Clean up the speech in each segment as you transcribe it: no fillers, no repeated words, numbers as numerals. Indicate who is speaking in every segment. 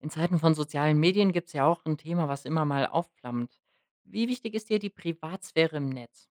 Speaker 1: In Zeiten von sozialen Medien gibt's ja auch ein Thema, was immer mal aufflammt. Wie wichtig ist dir die Privatsphäre im Netz?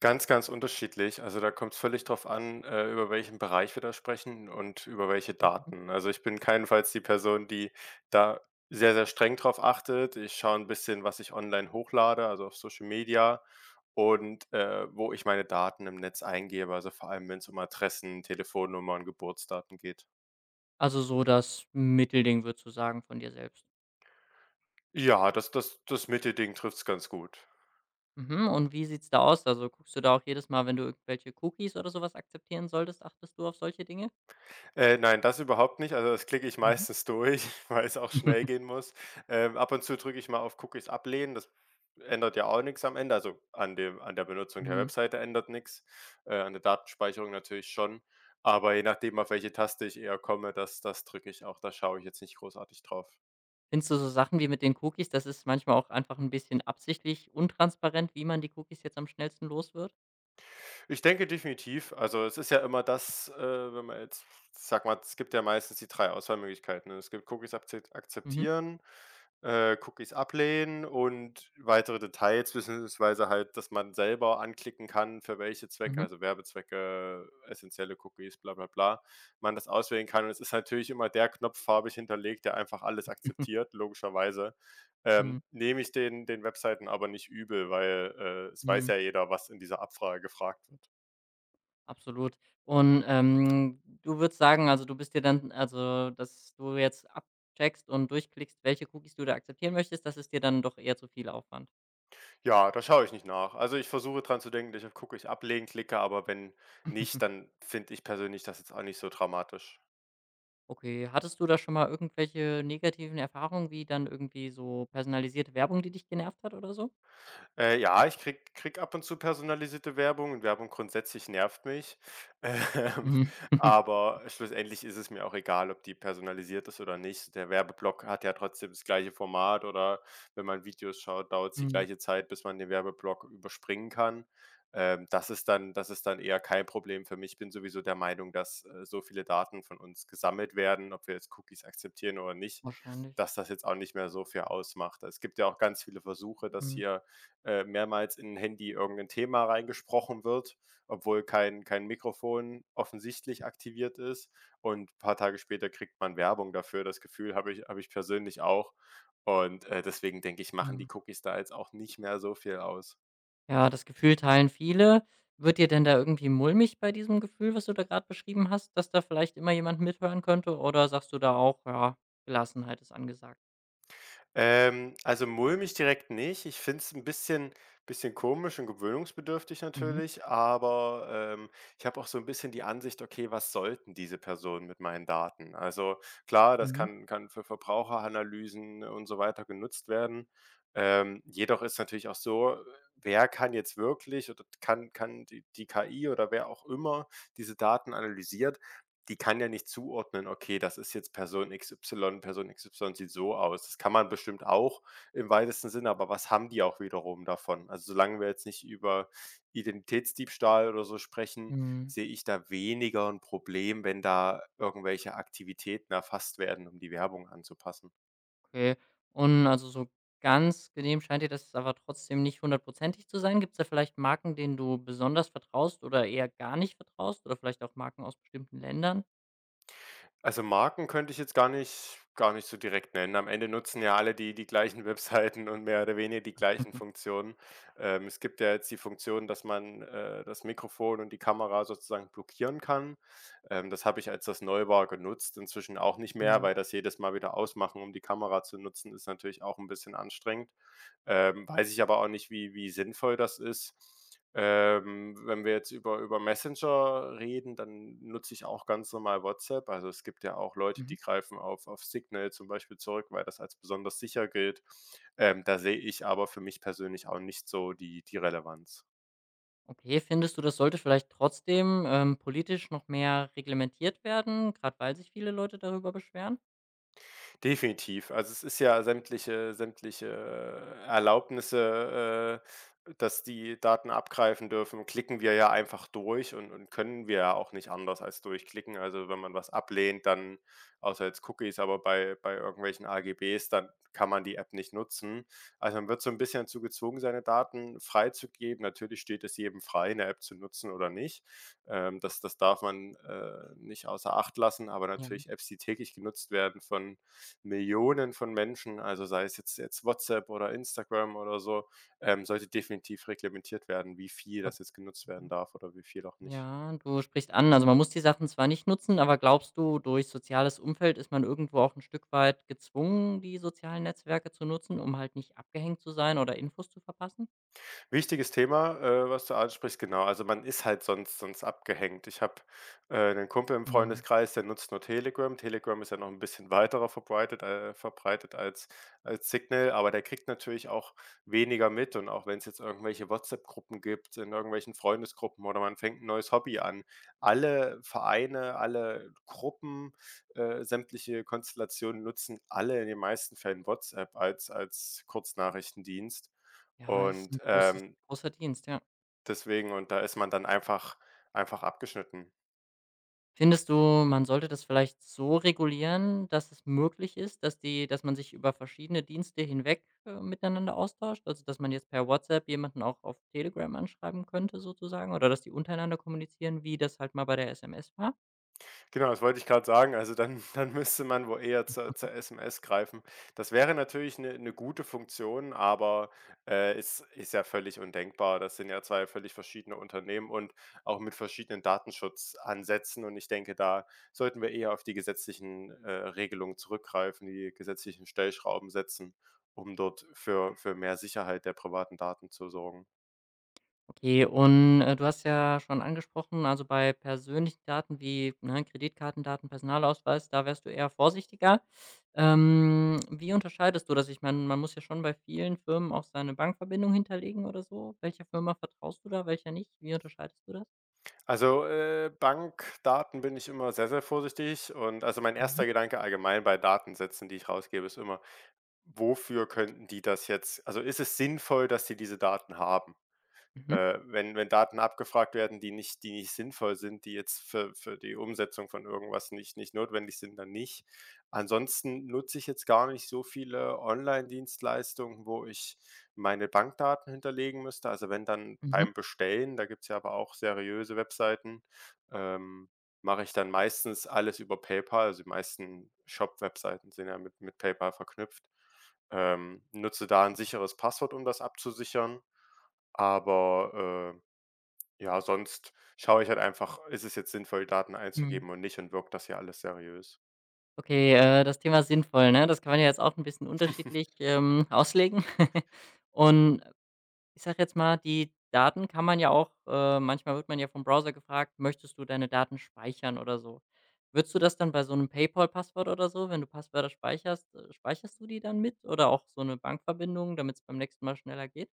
Speaker 2: Ganz, ganz unterschiedlich. Also, da kommt es völlig drauf an, über welchen Bereich wir da sprechen und über welche
Speaker 1: Mhm.
Speaker 2: Daten. Also, ich bin keinenfalls die Person, die da sehr, sehr streng drauf achtet. Ich schaue ein bisschen, was ich online hochlade, also auf Social Media und, wo ich meine Daten im Netz eingebe, also vor allem, wenn es um Adressen, Telefonnummern, Geburtsdaten geht.
Speaker 1: Also, so das Mittelding, würdest du sagen, von dir selbst.
Speaker 2: Ja, das Mittelding trifft es ganz gut.
Speaker 1: Mhm, und wie sieht's da aus? Also, guckst du da auch jedes Mal, wenn du irgendwelche Cookies oder sowas akzeptieren solltest, achtest du auf solche Dinge?
Speaker 2: Nein, das überhaupt nicht. Also, das klicke ich
Speaker 1: Mhm.
Speaker 2: meistens durch, weil es auch schnell gehen muss. Ab und zu drücke ich mal auf Cookies ablehnen. Das ändert ja auch nichts am Ende. Also, an der Benutzung der
Speaker 1: Mhm.
Speaker 2: Webseite ändert nichts, an der Datenspeicherung natürlich schon. Aber je nachdem, auf welche Taste ich eher komme, das drücke ich auch. Da schaue ich jetzt nicht großartig drauf.
Speaker 1: Findest du so Sachen wie mit den Cookies, das ist manchmal auch einfach ein bisschen absichtlich untransparent, wie man die Cookies jetzt am schnellsten los wird?
Speaker 2: Ich denke definitiv. Also, es ist ja immer das, wenn man jetzt sag mal, es gibt ja meistens die 3 Auswahlmöglichkeiten, ne? Es gibt Cookies
Speaker 1: Mhm,
Speaker 2: akzeptieren, Cookies ablehnen und weitere Details, beziehungsweise halt, dass man selber anklicken kann, für welche Zwecke,
Speaker 1: mhm.
Speaker 2: also Werbezwecke, essentielle Cookies, bla bla bla, man das auswählen kann. Und es ist natürlich immer der Knopf farbig hinterlegt, der einfach alles akzeptiert, logischerweise.
Speaker 1: Mhm,
Speaker 2: Nehme ich den Webseiten aber nicht übel, weil, es weiß
Speaker 1: mhm.
Speaker 2: ja jeder, was in dieser Abfrage gefragt wird.
Speaker 1: Absolut. Und, du würdest sagen, also, du bist dir dann also, dass du jetzt abcheckst und durchklickst, welche Cookies du da akzeptieren möchtest, das ist dir dann doch eher zu viel Aufwand.
Speaker 2: Ja, da schaue ich nicht nach. Also, ich versuche dran zu denken, ich ablehnen klicke, aber wenn nicht, dann finde ich persönlich das jetzt auch nicht so dramatisch.
Speaker 1: Okay, hattest du da schon mal irgendwelche negativen Erfahrungen, wie dann irgendwie so personalisierte Werbung, die dich genervt hat oder so?
Speaker 2: Ja, ich krieg ab und zu personalisierte Werbung, und Werbung grundsätzlich nervt mich. Ähm,
Speaker 1: Mhm.
Speaker 2: aber schlussendlich ist es mir auch egal, ob die personalisiert ist oder nicht. Der Werbeblock hat ja trotzdem das gleiche Format, oder wenn man Videos schaut, dauert's die
Speaker 1: Mhm.
Speaker 2: gleiche Zeit, bis man den Werbeblock überspringen kann. Das ist dann eher kein Problem für mich. Ich bin sowieso der Meinung, dass, so viele Daten von uns gesammelt werden, ob wir jetzt Cookies akzeptieren oder nicht,
Speaker 1: Wahrscheinlich.
Speaker 2: dass das jetzt auch nicht mehr so viel ausmacht. Es gibt ja auch ganz viele Versuche, dass
Speaker 1: Mhm.
Speaker 2: hier mehrmals in ein Handy irgendein Thema reingesprochen wird, obwohl kein Mikrofon offensichtlich aktiviert ist. Und ein paar Tage später kriegt man Werbung dafür. Das Gefühl habe ich persönlich auch. Und, deswegen denke ich, machen
Speaker 1: Mhm.
Speaker 2: die Cookies da jetzt auch nicht mehr so viel aus.
Speaker 1: Ja, das Gefühl teilen viele. Wird dir denn da irgendwie mulmig bei diesem Gefühl, was du da gerade beschrieben hast, dass da vielleicht immer jemand mithören könnte? Oder sagst du da auch: „Ja, Gelassenheit ist angesagt?“
Speaker 2: Also mulmig direkt nicht. Ich finde es 'n bisschen komisch und gewöhnungsbedürftig
Speaker 1: Mhm,
Speaker 2: natürlich, aber, ähm, ich habe auch so ein bisschen die Ansicht: „Okay, was sollten diese Personen mit meinen Daten?“ Also, klar, das
Speaker 1: mhm,
Speaker 2: kann für Verbraucheranalysen und so weiter genutzt werden. Jedoch ist natürlich auch so, wer kann jetzt wirklich, oder kann die KI oder wer auch immer diese Daten analysiert, die kann ja nicht zuordnen: „Okay, das ist jetzt Person XY, Person XY sieht so aus.“ Das kann man bestimmt auch im weitesten Sinne, aber was haben die auch wiederum davon? Also, solange wir jetzt nicht über Identitätsdiebstahl oder so sprechen,
Speaker 1: mhm,
Speaker 2: sehe ich da weniger ein Problem, wenn da irgendwelche Aktivitäten erfasst werden, um die Werbung anzupassen.
Speaker 1: okay. Und also so ganz genehm scheint dir das aber trotzdem nicht hundertprozentig zu sein. Gibt es da vielleicht Marken, denen du besonders vertraust oder eher gar nicht vertraust oder vielleicht auch Marken aus bestimmten Ländern?
Speaker 2: Also, Marken könnte ich jetzt gar nicht so direkt nennen. Am Ende nutzen ja alle die gleichen Webseiten und mehr oder weniger die gleichen Funktionen. Es gibt ja jetzt die Funktion, dass man, das Mikrofon und die Kamera sozusagen blockieren kann. Das habe ich, als das neu war, genutzt, inzwischen auch nicht mehr,
Speaker 1: Mhm,
Speaker 2: weil das jedes Mal wieder ausmachen, um die Kamera zu nutzen, ist natürlich auch ein bisschen anstrengend. Weiß ich aber auch nicht, wie sinnvoll das ist. Wenn wir jetzt über Messenger reden, dann nutze ich auch ganz normal WhatsApp. Also, es gibt ja auch Leute,
Speaker 1: mhm.
Speaker 2: die greifen auf Signal zum Beispiel zurück, weil das als besonders sicher gilt. Da sehe ich aber für mich persönlich auch nicht so die Relevanz.
Speaker 1: Okay, findest du, das sollte vielleicht trotzdem, politisch noch mehr reglementiert werden, gerade weil sich viele Leute darüber beschweren?
Speaker 2: Definitiv. Also, es ist ja sämtliche Erlaubnisse, dass die Daten abgreifen dürfen, klicken wir ja einfach durch, und können wir ja auch nicht anders als durchklicken. Also, wenn man was ablehnt, dann außer jetzt Cookies, aber bei irgendwelchen AGBs, dann kann man die App nicht nutzen. Also, man wird so ein bisschen dazu gezwungen, seine Daten freizugeben. Natürlich steht es jedem frei, 'ne App zu nutzen oder nicht. Das das darf man, nicht außer Acht lassen, aber
Speaker 1: Ja.
Speaker 2: natürlich Apps, die täglich genutzt werden von Millionen von Menschen, also sei es jetzt WhatsApp oder Instagram oder so, sollte definitiv reglementiert werden, wie viel
Speaker 1: Ob
Speaker 2: das jetzt genutzt werden
Speaker 1: mhm.
Speaker 2: darf oder wie viel auch nicht.
Speaker 1: Ja, du sprichst an, also man muss die Sachen zwar nicht nutzen, aber glaubst du, durch soziales Umfeld ist man irgendwo auch ein Stück weit gezwungen, die sozialen Netzwerke zu nutzen, um halt nicht abgehängt zu sein oder Infos zu verpassen?
Speaker 2: Wichtiges Thema, was du ansprichst, genau. Also, man ist halt sonst abgehängt. Ich habe, 'nen Kumpel im
Speaker 1: Mhm.
Speaker 2: Freundeskreis, der nutzt nur Telegram. Telegram ist ja noch ein bisschen weiterer verbreitet verbreitet als Signal, aber der kriegt natürlich auch weniger mit, und auch wenn es jetzt irgendwelche WhatsApp-Gruppen gibt, in irgendwelchen Freundesgruppen, oder man fängt ein neues Hobby an. Alle Vereine, alle Gruppen, sämtliche Konstellationen nutzen alle in den meisten Fällen WhatsApp als Kurznachrichtendienst
Speaker 1: Ja, ist ein
Speaker 2: und,
Speaker 1: großes großer Dienst, ja.
Speaker 2: deswegen und da ist man dann einfach abgeschnitten.
Speaker 1: Findest du, man sollte das vielleicht so regulieren, dass es möglich ist, dass man sich über verschiedene Dienste hinweg, miteinander austauscht? Also, dass man jetzt per WhatsApp jemanden auch auf Telegram anschreiben könnte sozusagen oder dass die untereinander kommunizieren, wie das halt mal bei der SMS war?
Speaker 2: Genau, das wollte ich gerade sagen. Also, dann dann müsste man wohl eher zur SMS greifen. Das wäre natürlich eine 'ne gute Funktion, aber, ist ja völlig undenkbar. Das sind ja 2 völlig verschiedene Unternehmen und auch mit verschiedenen Datenschutzansätzen, und ich denke, da sollten wir eher auf die gesetzlichen, Regelungen zurückgreifen, die gesetzlichen Stellschrauben setzen, um dort für mehr Sicherheit der privaten Daten zu sorgen.
Speaker 1: Okay, und, du hast ja schon angesprochen, also, bei persönlichen Daten wie, ne, Kreditkartendaten, Personalausweis, da wärst du eher vorsichtiger. Wie unterscheidest du das? Ich meine, man muss ja schon bei vielen Firmen auch seine Bankverbindung hinterlegen oder so. Welcher Firma vertraust du da, welcher nicht? Wie unterscheidest du das?
Speaker 2: Also, Bankdaten bin ich immer sehr, sehr vorsichtig, und also, mein
Speaker 1: Mhm.
Speaker 2: erster Gedanke allgemein bei Datensätzen, die ich rausgebe, ist immer: „Wofür könnten die das jetzt“, also, ist es sinnvoll, dass sie diese Daten haben?
Speaker 1: Mhm,
Speaker 2: Wenn Daten abgefragt werden, die nicht sinnvoll sind, die jetzt für die Umsetzung von irgendwas nicht notwendig sind, dann nicht. Ansonsten nutze ich jetzt gar nicht so viele Online-Dienstleistungen, wo ich meine Bankdaten hinterlegen müsste. Also, wenn dann
Speaker 1: mhm,
Speaker 2: beim Bestellen, da gibt's ja aber auch seriöse Webseiten, ähm, mache ich dann meistens alles über PayPal. Also, die meisten Shop-Webseiten sind ja mit PayPal verknüpft. Nutze da ein
Speaker 1: ja.
Speaker 2: sicheres Passwort, um das abzusichern. Aber, ja, sonst schaue ich halt einfach, ist es jetzt sinnvoll, Daten
Speaker 1: Mhm.
Speaker 2: einzugeben und nicht, und wirkt das hier alles seriös?
Speaker 1: Okay, das Thema sinnvoll, ne? Das kann man ja jetzt auch ein bisschen unterschiedlich, auslegen. Und, ich sage jetzt mal, die Daten kann man ja auch manchmal wird man ja vom Browser gefragt: „Möchtest du deine Daten speichern?“ oder so. Würdest du das dann bei so einem PayPal-Passwort oder so, wenn du Passwörter speicherst du die dann mit oder auch so eine Bankverbindung, damit es beim nächsten Mal schneller geht?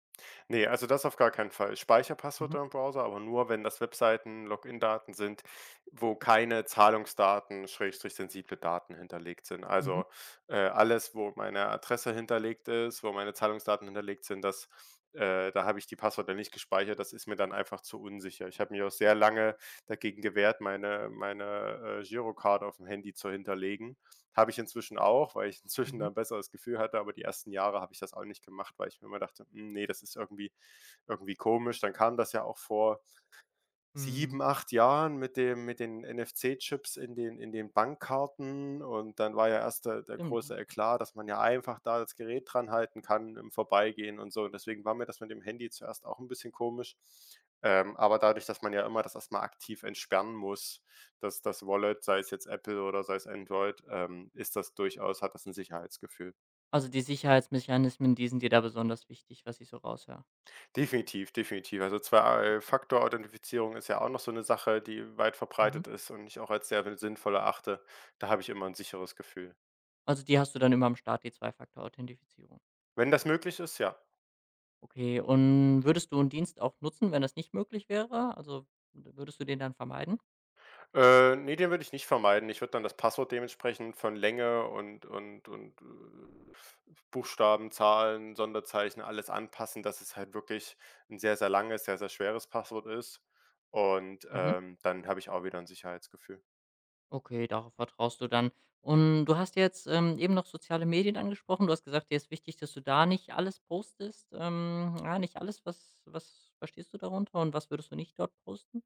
Speaker 2: Ne, also das auf gar keinen Fall. Speicherpasswort
Speaker 1: Mhm,
Speaker 2: im Browser, aber nur, wenn das Webseiten-, Login-Daten sind, wo keine Zahlungsdaten, Schrägstrich sensible Daten hinterlegt sind.
Speaker 1: mhm,
Speaker 2: Also, alles, wo meine Adresse hinterlegt ist, wo meine Zahlungsdaten hinterlegt sind, das da habe ich die Passwörter nicht gespeichert. Das ist mir dann einfach zu unsicher. Ich habe mich auch sehr lange dagegen gewehrt, meine, Girocard auf dem Handy zu hinterlegen. Habe ich inzwischen auch, weil ich inzwischen
Speaker 1: mhm.
Speaker 2: da 'n besseres Gefühl hatte, aber die ersten Jahre habe ich das auch nicht gemacht, weil ich mir immer dachte: „Hm, ne, das ist irgendwie komisch.“ Dann kam das ja auch vor.
Speaker 1: Hm,
Speaker 2: 7, 8 Jahren mit dem mit den NFC-Chips in den Bankkarten, und dann war ja erst der
Speaker 1: stimmt, ja.
Speaker 2: große Eklat, dass man ja einfach da das Gerät dran halten kann im Vorbeigehen und so. Und deswegen war mir das mit dem Handy zuerst auch ein bisschen komisch. Aber dadurch, dass man ja immer das erstmal aktiv entsperren muss, dass das Wallet, sei es jetzt Apple oder sei es Android, ist das durchaus, hat das ein Sicherheitsgefühl.
Speaker 1: Also, die Sicherheitsmechanismen, die sind dir da besonders wichtig, was ich so raushöre.
Speaker 2: Definitiv, definitiv. Also, Zwei-Faktor-Authentifizierung ist ja auch noch so eine Sache, die weit
Speaker 1: Mhm.
Speaker 2: verbreitet ist und ich auch als sehr sinnvoll erachte. Da habe ich immer ein sicheres Gefühl.
Speaker 1: Also, die hast du dann immer am Start, die Zwei-Faktor-Authentifizierung.
Speaker 2: Wenn das möglich ist, ja.
Speaker 1: Okay, und würdest du einen Dienst auch nutzen, wenn das nicht möglich wäre? Also, würdest du den dann vermeiden?
Speaker 2: Ne, den würde ich nicht vermeiden. Ich würde dann das Passwort dementsprechend von Länge und Buchstaben, Zahlen, Sonderzeichen, alles anpassen, dass es halt wirklich ein sehr, sehr langes, sehr, sehr schweres Passwort ist und,
Speaker 1: Mhm.
Speaker 2: dann habe ich auch wieder ein Sicherheitsgefühl.
Speaker 1: Okay, darauf vertraust du dann. Und du hast jetzt, eben noch soziale Medien angesprochen. Du hast gesagt, dir ist wichtig, dass du da nicht alles postest. Ja, nicht alles. Was verstehst du darunter und was würdest du nicht dort posten?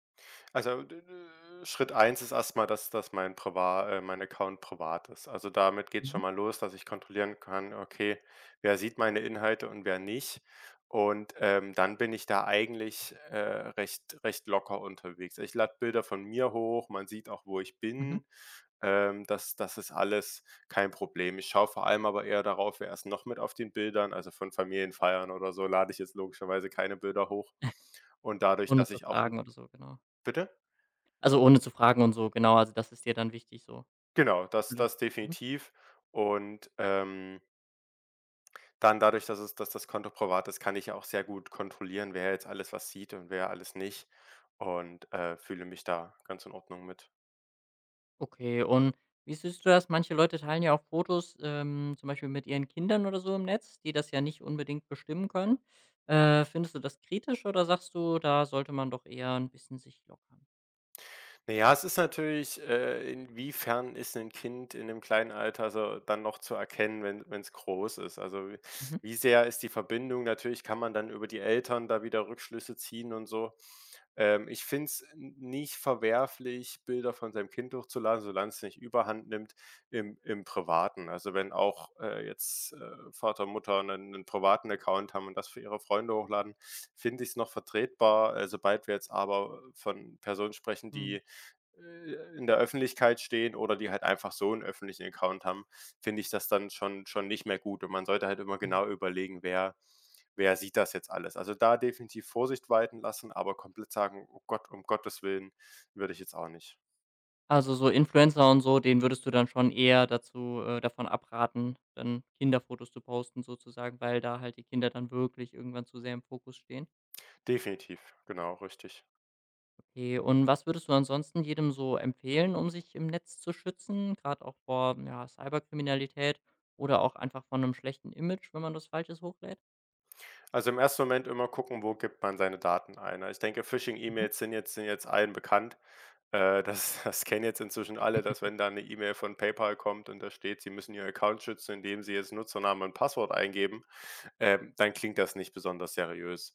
Speaker 2: Also, d d Schritt eins ist erst mal, dass mein priva mein Account privat ist. Also, damit geht
Speaker 1: Mhm.
Speaker 2: schon mal los, dass ich kontrollieren kann, okay, wer sieht meine Inhalte und wer nicht. Und, dann bin ich da eigentlich, recht locker unterwegs. Ich lade Bilder von mir hoch, man sieht auch, wo ich
Speaker 1: Mhm.
Speaker 2: bin. Das ist alles kein Problem. Ich schaue vor allem aber eher darauf, wer ist noch mit auf den Bildern. Also, von Familienfeiern oder so lade ich jetzt logischerweise keine Bilder hoch. Und dadurch,
Speaker 1: Ohne
Speaker 2: dass
Speaker 1: zu
Speaker 2: ich auch
Speaker 1: fragen oder so, genau.
Speaker 2: bitte?
Speaker 1: Also, ohne zu fragen und so, genau. Also, das ist dir dann wichtig so.
Speaker 2: Genau,
Speaker 1: Mhm.
Speaker 2: das definitiv. Und, dann dadurch, dass das Konto privat ist, kann ich ja auch sehr gut kontrollieren, wer jetzt alles was sieht und wer alles nicht, und, fühle mich da ganz in Ordnung mit.
Speaker 1: Okay, und wie siehst du das? Manche Leute teilen ja auch Fotos, zum Beispiel mit ihren Kindern oder so im Netz, die das ja nicht unbedingt bestimmen können. Findest du das kritisch oder sagst du, da sollte man doch eher ein bisschen sich lockern?
Speaker 2: Na ja, es ist natürlich, inwiefern ist ein Kind in 'nem kleinen Alter so dann noch zu erkennen, wenn es groß ist? Also, w
Speaker 1: Mhm.
Speaker 2: wie sehr ist die Verbindung? Natürlich kann man dann über die Eltern da wieder Rückschlüsse ziehen und so. Ich finde es nicht verwerflich, Bilder von seinem Kind hochzuladen, solange es nicht Überhand nimmt im Privaten. Also, wenn auch, jetzt Vater, Mutter einen 'nen privaten Account haben und das für ihre Freunde hochladen, finde ich es noch vertretbar. Sobald wir jetzt aber von Personen sprechen,
Speaker 1: Hm.
Speaker 2: die in der Öffentlichkeit stehen oder die halt einfach so einen öffentlichen Account haben, finde ich das dann schon nicht mehr gut, und man sollte halt immer
Speaker 1: Ja.
Speaker 2: genau überlegen, wer sieht das jetzt alles? Also, da definitiv Vorsicht walten lassen, aber komplett sagen: „Oh Gott, um Gottes Willen“, würde ich jetzt auch nicht.
Speaker 1: Also so Influencer und so, den würdest du dann schon eher dazu davon abraten, dann Kinderfotos zu posten sozusagen, weil da halt die Kinder dann wirklich irgendwann zu sehr im Fokus stehen.
Speaker 2: Definitiv, genau, richtig.
Speaker 1: Okay, und was würdest du ansonsten jedem so empfehlen, um sich im Netz zu schützen, gerade auch vor ja, Cyberkriminalität oder auch einfach von einem schlechten Image, wenn man das Falsches hochlädt?
Speaker 2: Also, im ersten Moment immer gucken, wo gibt man seine Daten ein, ne? Ich denke,
Speaker 1: Mhm.
Speaker 2: Phishing-E-Mails sind jetzt allen bekannt. Das das kennen jetzt inzwischen alle, dass wenn da eine E-Mail von PayPal kommt und da steht, sie müssen Ihr Account schützen, indem sie jetzt Nutzernamen und Passwort eingeben, dann klingt das nicht besonders seriös.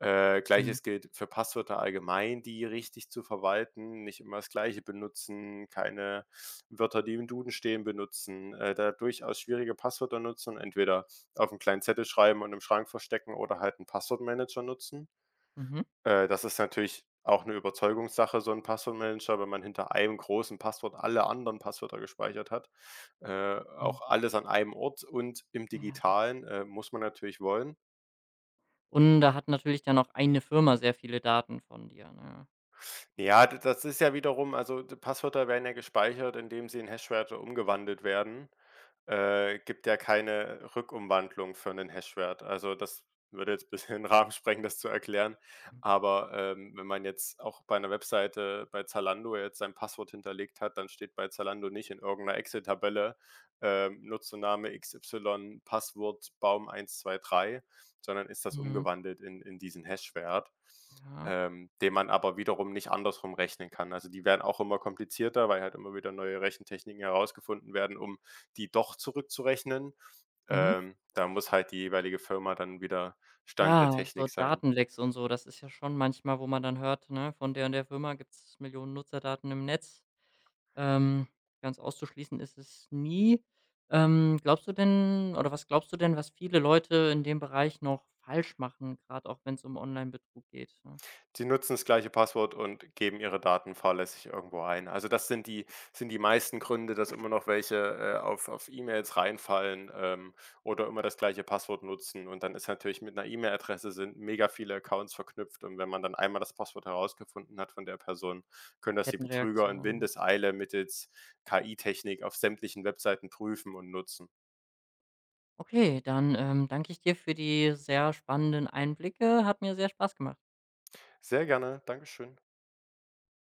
Speaker 1: Mhm.
Speaker 2: Gleiches gilt für Passwörter allgemein, die richtig zu verwalten, nicht immer das Gleiche benutzen, keine Wörter, die im Duden stehen, benutzen, da durchaus schwierige Passwörter nutzen, entweder auf 'n kleinen Zettel schreiben und im Schrank verstecken oder halt einen Passwortmanager nutzen.
Speaker 1: Mhm.
Speaker 2: Das ist natürlich auch eine Überzeugungssache, so ein Passwortmanager, wenn man hinter einem großen Passwort alle anderen Passwörter gespeichert hat,
Speaker 1: Mhm.
Speaker 2: auch alles an einem Ort und im
Speaker 1: Ja.
Speaker 2: Digitalen, muss man natürlich wollen.
Speaker 1: Und da hat natürlich dann auch eine Firma sehr viele Daten von dir. Ne?
Speaker 2: Ja, d das ist ja wiederum, also, d Passwörter werden ja gespeichert, indem sie in Hashwerte umgewandelt werden. Gibt ja keine Rückumwandlung für einen Hashwert. Also, das würde jetzt ein bisschen den Rahmen sprengen, das zu erklären.
Speaker 1: Mhm.
Speaker 2: Aber, wenn man jetzt auch bei einer Webseite bei Zalando jetzt sein Passwort hinterlegt hat, dann steht bei Zalando nicht in irgendeiner Excel-Tabelle, Nutzername XY, Passwort Baum 123, sondern ist das
Speaker 1: Mhm.
Speaker 2: umgewandelt in diesen Hashwert,
Speaker 1: Ja.
Speaker 2: den man aber wiederum nicht andersrum rechnen kann. Also, die werden auch immer komplizierter, weil halt immer wieder neue Rechentechniken herausgefunden werden, um die doch zurückzurechnen.
Speaker 1: Mhm.
Speaker 2: Da muss halt die jeweilige Firma dann wieder Stand der
Speaker 1: Ja, so
Speaker 2: Technik sein.
Speaker 1: Datenlecks und so, das ist ja schon manchmal, wo man dann hört, ne, von der und der Firma gibt es Millionen Nutzerdaten im Netz. Ähm, ganz auszuschließen ist es nie. Glaubst du denn oder was glaubst du denn, was viele Leute in dem Bereich noch falsch machen, gerade auch wenn es um Online-Betrug geht, ne?
Speaker 2: Sie nutzen das gleiche Passwort und geben ihre Daten fahrlässig irgendwo ein. Also, das sind die meisten Gründe, dass immer noch welche, auf E-Mails reinfallen, oder immer das gleiche Passwort nutzen. Und dann ist natürlich mit einer E-Mail-Adresse sind mega viele Accounts verknüpft. Und wenn man dann einmal das Passwort herausgefunden hat von der Person, können das die Betrüger in
Speaker 1: Kettenreaktion, ja.
Speaker 2: Windeseile mittels KI-Technik auf sämtlichen Webseiten prüfen und nutzen.
Speaker 1: Okay, dann, danke ich dir für die sehr spannenden Einblicke. Hat mir sehr Spaß gemacht.
Speaker 2: Sehr gerne, Dankeschön.